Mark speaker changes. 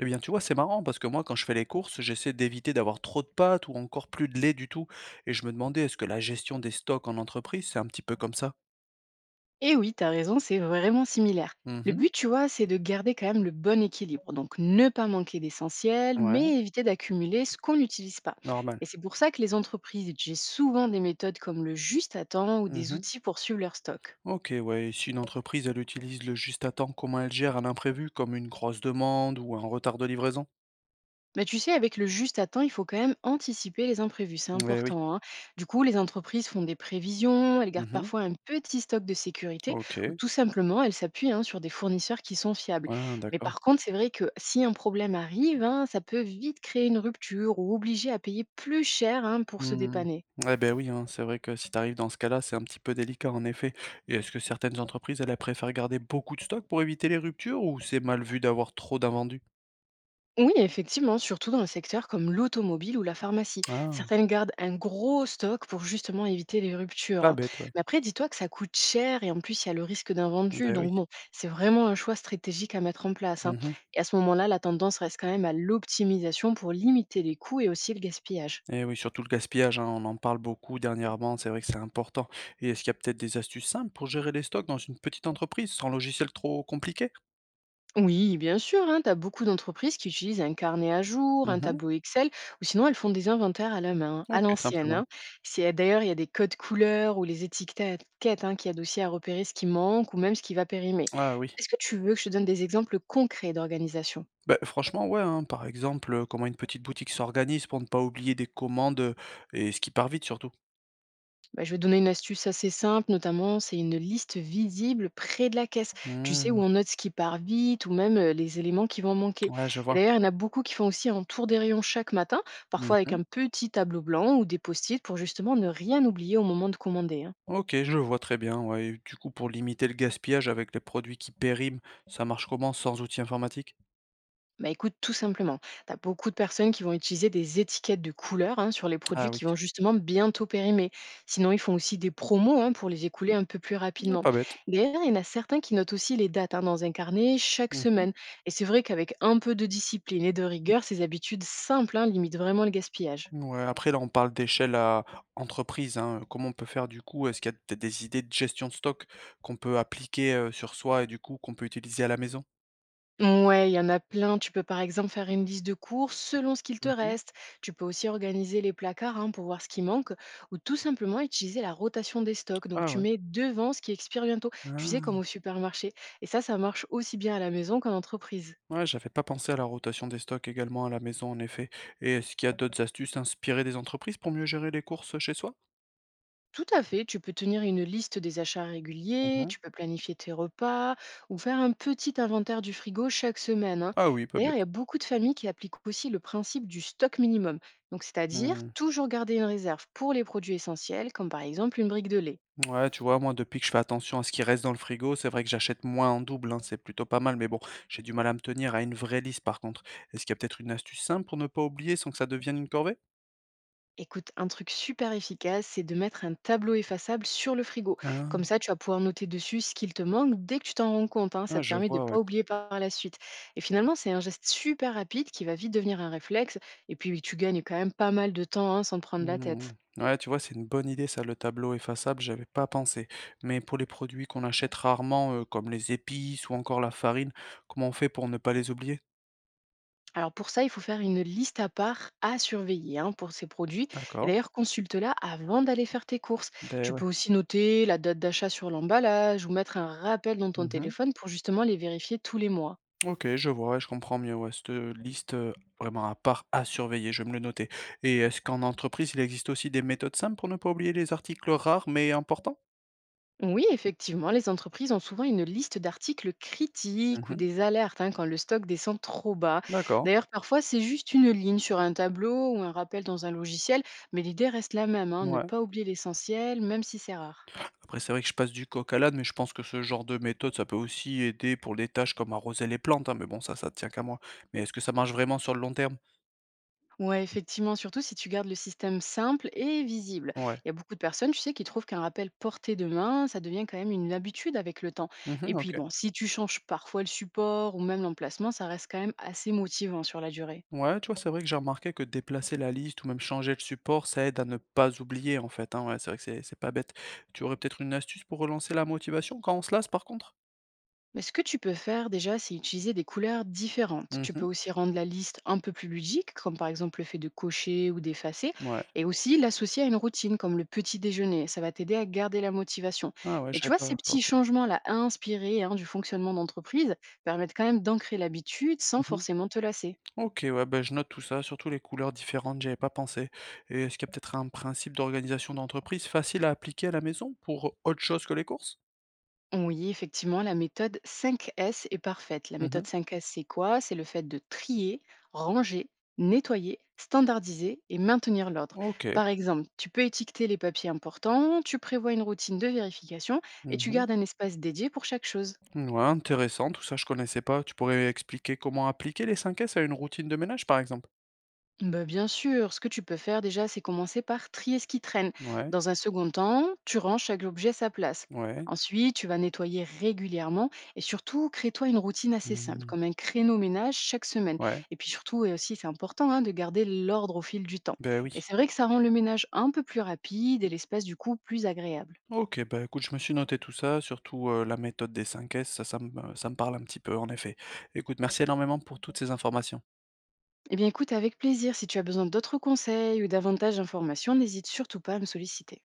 Speaker 1: Eh bien, tu vois, c'est marrant parce que moi, quand je fais les courses, j'essaie d'éviter d'avoir trop de pâtes ou encore plus de lait du tout. Et je me demandais, est-ce que la gestion des stocks en entreprise, c'est un petit peu comme ça?
Speaker 2: Et oui, t'as raison, c'est vraiment similaire. Le
Speaker 1: Mhm.
Speaker 2: but, tu vois, c'est de garder quand même le bon équilibre. Donc, ne pas manquer d'essentiel,
Speaker 1: Ouais,
Speaker 2: mais éviter d'accumuler ce qu'on n'utilise pas.
Speaker 1: normal.
Speaker 2: Et c'est pour ça que les entreprises utilisent souvent des méthodes comme le juste à temps ou des
Speaker 1: Mhm.
Speaker 2: outils pour suivre leur stock.
Speaker 1: Ok, ouais. Si une entreprise, elle utilise le juste à temps, comment elle gère un imprévu, comme une grosse demande ou un retard de livraison?
Speaker 2: Mais tu sais, avec le juste à temps, il faut quand même anticiper les imprévus, c'est
Speaker 1: Eh oui.
Speaker 2: important, hein. Du coup, les entreprises font des prévisions, elles gardent
Speaker 1: Mhm.
Speaker 2: parfois un petit stock de sécurité ou
Speaker 1: Ok.
Speaker 2: tout simplement, elles s'appuient, hein, sur des fournisseurs qui sont fiables.
Speaker 1: Ah,
Speaker 2: Mais
Speaker 1: d'accord.
Speaker 2: par contre, c'est vrai que si un problème arrive, hein, ça peut vite créer une rupture ou obliger à payer plus cher, hein, pour se
Speaker 1: Mmh.
Speaker 2: dépanner.
Speaker 1: Ouais, beh, oui, hein, c'est vrai que si tu arrives dans ce cas-là, c'est un petit peu délicat en effet. Et est-ce que certaines entreprises, elles préfèrent garder beaucoup de stocks pour éviter les ruptures ou c'est mal vu d'avoir trop d'invendus?
Speaker 2: Oui, effectivement, surtout dans les secteurs comme l'automobile ou la pharmacie.
Speaker 1: Ah,
Speaker 2: Certaines gardent un gros stock pour justement éviter les ruptures,
Speaker 1: pas
Speaker 2: hein.
Speaker 1: bête, ouais.
Speaker 2: Mais après, dis-toi que ça coûte cher et en plus, il y a le risque d'invendu.
Speaker 1: Ben oui.
Speaker 2: Donc bon, c'est vraiment un choix stratégique à mettre en place, hein.
Speaker 1: Mmh.
Speaker 2: Et à ce moment-là, la tendance reste quand même à l'optimisation pour limiter les coûts et aussi le gaspillage.
Speaker 1: Et oui, surtout le gaspillage, hein, on en parle beaucoup dernièrement, c'est vrai que c'est important. Et est-ce qu'il y a peut-être des astuces simples pour gérer les stocks dans une petite entreprise sans logiciel trop compliqué?
Speaker 2: Oui, bien sûr, hein, tu as beaucoup d'entreprises qui utilisent un carnet à jour, un
Speaker 1: Mmh.
Speaker 2: tableau Excel, ou sinon elles font des inventaires à la main, à
Speaker 1: OK,
Speaker 2: l'ancienne,
Speaker 1: simplement.
Speaker 2: hein. D'ailleurs, il y a des codes couleurs ou les étiquettes, hein, qui aident aussi à repérer ce qui manque ou même ce qui va périmer.
Speaker 1: Ah oui.
Speaker 2: Est-ce que tu veux que je te donne des exemples concrets d'organisation?
Speaker 1: Ben franchement, ouais, hein. Par exemple, comment une petite boutique s'organise pour ne pas oublier des commandes, et ce qui part vite surtout?
Speaker 2: Bah, je vais te donner une astuce assez simple, notamment, c'est une liste visible près de la caisse. Tu sais, où
Speaker 1: Mmh.
Speaker 2: on note ce qui part vite ou même les éléments qui vont manquer.
Speaker 1: Ouais, je
Speaker 2: Et
Speaker 1: vois.
Speaker 2: d'ailleurs, il y en a beaucoup qui font aussi un tour des rayons chaque matin,
Speaker 1: Mmh
Speaker 2: parfois avec
Speaker 1: mh.
Speaker 2: un petit tableau blanc ou des post-it pour justement ne rien oublier au moment de commander, hein.
Speaker 1: OK, je vois très bien, ouais, et du coup, pour limiter le gaspillage avec les produits qui périment, ça marche comment sans outil informatique?
Speaker 2: Bah écoute, tout simplement, tu as beaucoup de personnes qui vont utiliser des étiquettes de couleurs, hein, sur les
Speaker 1: Ah
Speaker 2: produits
Speaker 1: oui,
Speaker 2: qui vont justement bientôt périmer. Sinon, ils font aussi des promos, hein, pour les écouler un peu plus
Speaker 1: ah,
Speaker 2: rapidement.
Speaker 1: pas bête.
Speaker 2: D'ailleurs, il y en a certains qui notent aussi les dates, hein, dans un carnet chaque
Speaker 1: Mmh.
Speaker 2: semaine. Et c'est vrai qu'avec un peu de discipline et de rigueur, ces habitudes simples, hein, limitent vraiment le gaspillage.
Speaker 1: Ouais, après là, on parle d'échelle à entreprise, hein, comment on peut faire du coup? Est-ce qu'il y a peut-être des idées de gestion de stock qu'on peut appliquer, sur soi et du coup qu'on peut utiliser à la maison?
Speaker 2: Ouais, il y en a plein. Tu peux par exemple faire une liste de courses selon ce qu'il te
Speaker 1: Mmh.
Speaker 2: reste. Tu peux aussi organiser les placards, hein, pour voir ce qui manque ou tout simplement utiliser la rotation des stocks. Donc
Speaker 1: Ah
Speaker 2: tu
Speaker 1: ouais.
Speaker 2: mets devant ce qui expire bientôt. Tu sais, comme
Speaker 1: Ah.
Speaker 2: au supermarché. Et ça marche aussi bien à la maison qu'en entreprise.
Speaker 1: Ouais, j'avais pas pensé à la rotation des stocks également à la maison en effet, et est-ce qu'il y a d'autres astuces inspirées des entreprises pour mieux gérer les courses chez soi?
Speaker 2: Tout à fait, tu peux tenir une liste des achats réguliers,
Speaker 1: Mmh.
Speaker 2: tu peux planifier tes repas ou faire un petit inventaire du frigo chaque semaine, hein.
Speaker 1: Ah oui, pas
Speaker 2: D'ailleurs, il y
Speaker 1: bête.
Speaker 2: a beaucoup de familles qui appliquent aussi le principe du stock minimum, donc c'est-à-dire
Speaker 1: Mmh.
Speaker 2: toujours garder une réserve pour les produits essentiels, comme par exemple une brique de lait.
Speaker 1: Ouais, tu vois, moi, depuis que je fais attention à ce qui reste dans le frigo, c'est vrai que j'achète moins en double, hein, c'est plutôt pas mal, mais bon, j'ai du mal à me tenir à une vraie liste par contre. Est-ce qu'il y a peut-être une astuce simple pour ne pas oublier sans que ça devienne une corvée?
Speaker 2: Écoute, un truc super efficace, c'est de mettre un tableau effaçable sur le frigo. Comme
Speaker 1: Ah,
Speaker 2: ça, tu vas pouvoir noter dessus ce qu'il te manque dès que tu t'en rends compte, hein. Ça
Speaker 1: ah,
Speaker 2: te
Speaker 1: je
Speaker 2: permet de ne
Speaker 1: vois, ouais.
Speaker 2: pas oublier par la suite. Et finalement, c'est un geste super rapide qui va vite devenir un réflexe. Et puis, tu gagnes quand même pas mal de temps, hein, sans te prendre la
Speaker 1: Mmh.
Speaker 2: tête.
Speaker 1: Ouais, tu vois, c'est une bonne idée ça, le tableau effaçable, j'avais pas pensé. Mais pour les produits qu'on achète rarement, comme les épices ou encore la farine, comment on fait pour ne pas les oublier?
Speaker 2: Alors pour ça, il faut faire une liste à part à surveiller, hein, pour ces produits. Et
Speaker 1: D'accord.
Speaker 2: d'ailleurs, consulte-la avant d'aller faire tes courses.
Speaker 1: Ben
Speaker 2: Tu peux
Speaker 1: ouais.
Speaker 2: aussi noter la date d'achat sur l'emballage ou mettre un rappel dans ton
Speaker 1: Mhm.
Speaker 2: téléphone pour justement les vérifier tous les mois.
Speaker 1: OK, je vois, ouais, je comprends mieux, ouais, cette liste, vraiment à part, à surveiller, je vais me le noter, et est-ce qu'en entreprise, il existe aussi des méthodes simples pour ne pas oublier les articles rares mais importants?
Speaker 2: Oui, effectivement, les entreprises ont souvent une liste d'articles critiques ou
Speaker 1: Mmh.
Speaker 2: des alertes, hein, quand le stock descend trop bas.
Speaker 1: D'accord,
Speaker 2: D'ailleurs, parfois, c'est juste une ligne sur un tableau ou un rappel dans un logiciel, mais l'idée reste la même, hein, ne
Speaker 1: ouais.
Speaker 2: pas oublier l'essentiel, même si c'est rare.
Speaker 1: Après c'est vrai que je passe du coq à l'âne, mais je pense que ce genre de méthode, ça peut aussi aider pour des tâches comme arroser les plantes, hein, mais bon ça tient qu'à moi. Mais est-ce que ça marche vraiment sur le long terme?
Speaker 2: Ouais, effectivement, surtout si tu gardes le système simple et visible.
Speaker 1: Ouais.
Speaker 2: Il y a beaucoup de personnes, tu sais, qui trouvent qu'un rappel porté de main, ça devient quand même une habitude avec le temps.
Speaker 1: Mmh.
Speaker 2: Et puis,
Speaker 1: OK.
Speaker 2: bon, si tu changes parfois le support ou même l'emplacement, ça reste quand même assez motivant sur la durée.
Speaker 1: Ouais, tu vois, c'est vrai que j'ai remarqué que déplacer la liste ou même changer le support, ça aide à ne pas oublier en fait. Hein, ouais, c'est vrai que c'est pas bête. Tu aurais peut-être une astuce pour relancer la motivation quand on se lasse par contre?
Speaker 2: Mais ce que tu peux faire déjà, c'est utiliser des couleurs différentes. Tu peux
Speaker 1: Mhm,
Speaker 2: aussi rendre la liste un peu plus ludique, comme par exemple le fait de cocher ou d'effacer,
Speaker 1: ouais.
Speaker 2: et aussi l'associer à une routine, comme le petit déjeuner. Ça va t'aider à garder la motivation.
Speaker 1: Ah ouais,
Speaker 2: Et tu
Speaker 1: j'avais
Speaker 2: vois,
Speaker 1: pas
Speaker 2: ces petits
Speaker 1: pensé.
Speaker 2: changements-là, inspirés, hein, du fonctionnement d'entreprise, permettent quand même d'ancrer l'habitude sans
Speaker 1: Mhm.
Speaker 2: forcément te lasser.
Speaker 1: Ok, ouais, ben je note tout ça, surtout les couleurs différentes, j'avais pas pensé. Et est-ce qu'il y a peut-être un principe d'organisation d'entreprise facile à appliquer à la maison pour autre chose que les courses?
Speaker 2: Oui, effectivement, la méthode 5S est parfaite. La
Speaker 1: Mhm.
Speaker 2: méthode 5S, c'est quoi? C'est le fait de trier, ranger, nettoyer, standardiser et maintenir l'ordre.
Speaker 1: Ok.
Speaker 2: Par exemple, tu peux étiqueter les papiers importants, tu prévois une routine de vérification et tu
Speaker 1: Mhm.
Speaker 2: gardes un espace dédié pour chaque chose.
Speaker 1: Ouais, intéressant, tout ça je connaissais pas. Tu pourrais expliquer comment appliquer les 5S à une routine de ménage par exemple?
Speaker 2: Bah, bien sûr, ce que tu peux faire déjà, c'est commencer par trier ce qui traîne.
Speaker 1: Ouais.
Speaker 2: Dans un second temps, tu ranges chaque objet à sa place.
Speaker 1: Ouais,
Speaker 2: Ensuite, tu vas nettoyer régulièrement et surtout, crée-toi une routine assez simple,
Speaker 1: mmh,
Speaker 2: comme un créneau ménage chaque semaine.
Speaker 1: ouais,
Speaker 2: Et puis surtout, et aussi, c'est important, hein, de garder l'ordre au fil du temps.
Speaker 1: ben oui.
Speaker 2: Et c'est vrai que ça rend le ménage un peu plus rapide et l'espace du coup plus agréable.
Speaker 1: OK, bah, écoute, je me suis noté tout ça, surtout, la méthode des 5S, ça me parle un petit peu en effet. Écoute, merci énormément pour toutes ces informations.
Speaker 2: Eh bien écoute, avec plaisir, si tu as besoin d'autres conseils ou davantage d'informations, n'hésite surtout pas à me solliciter.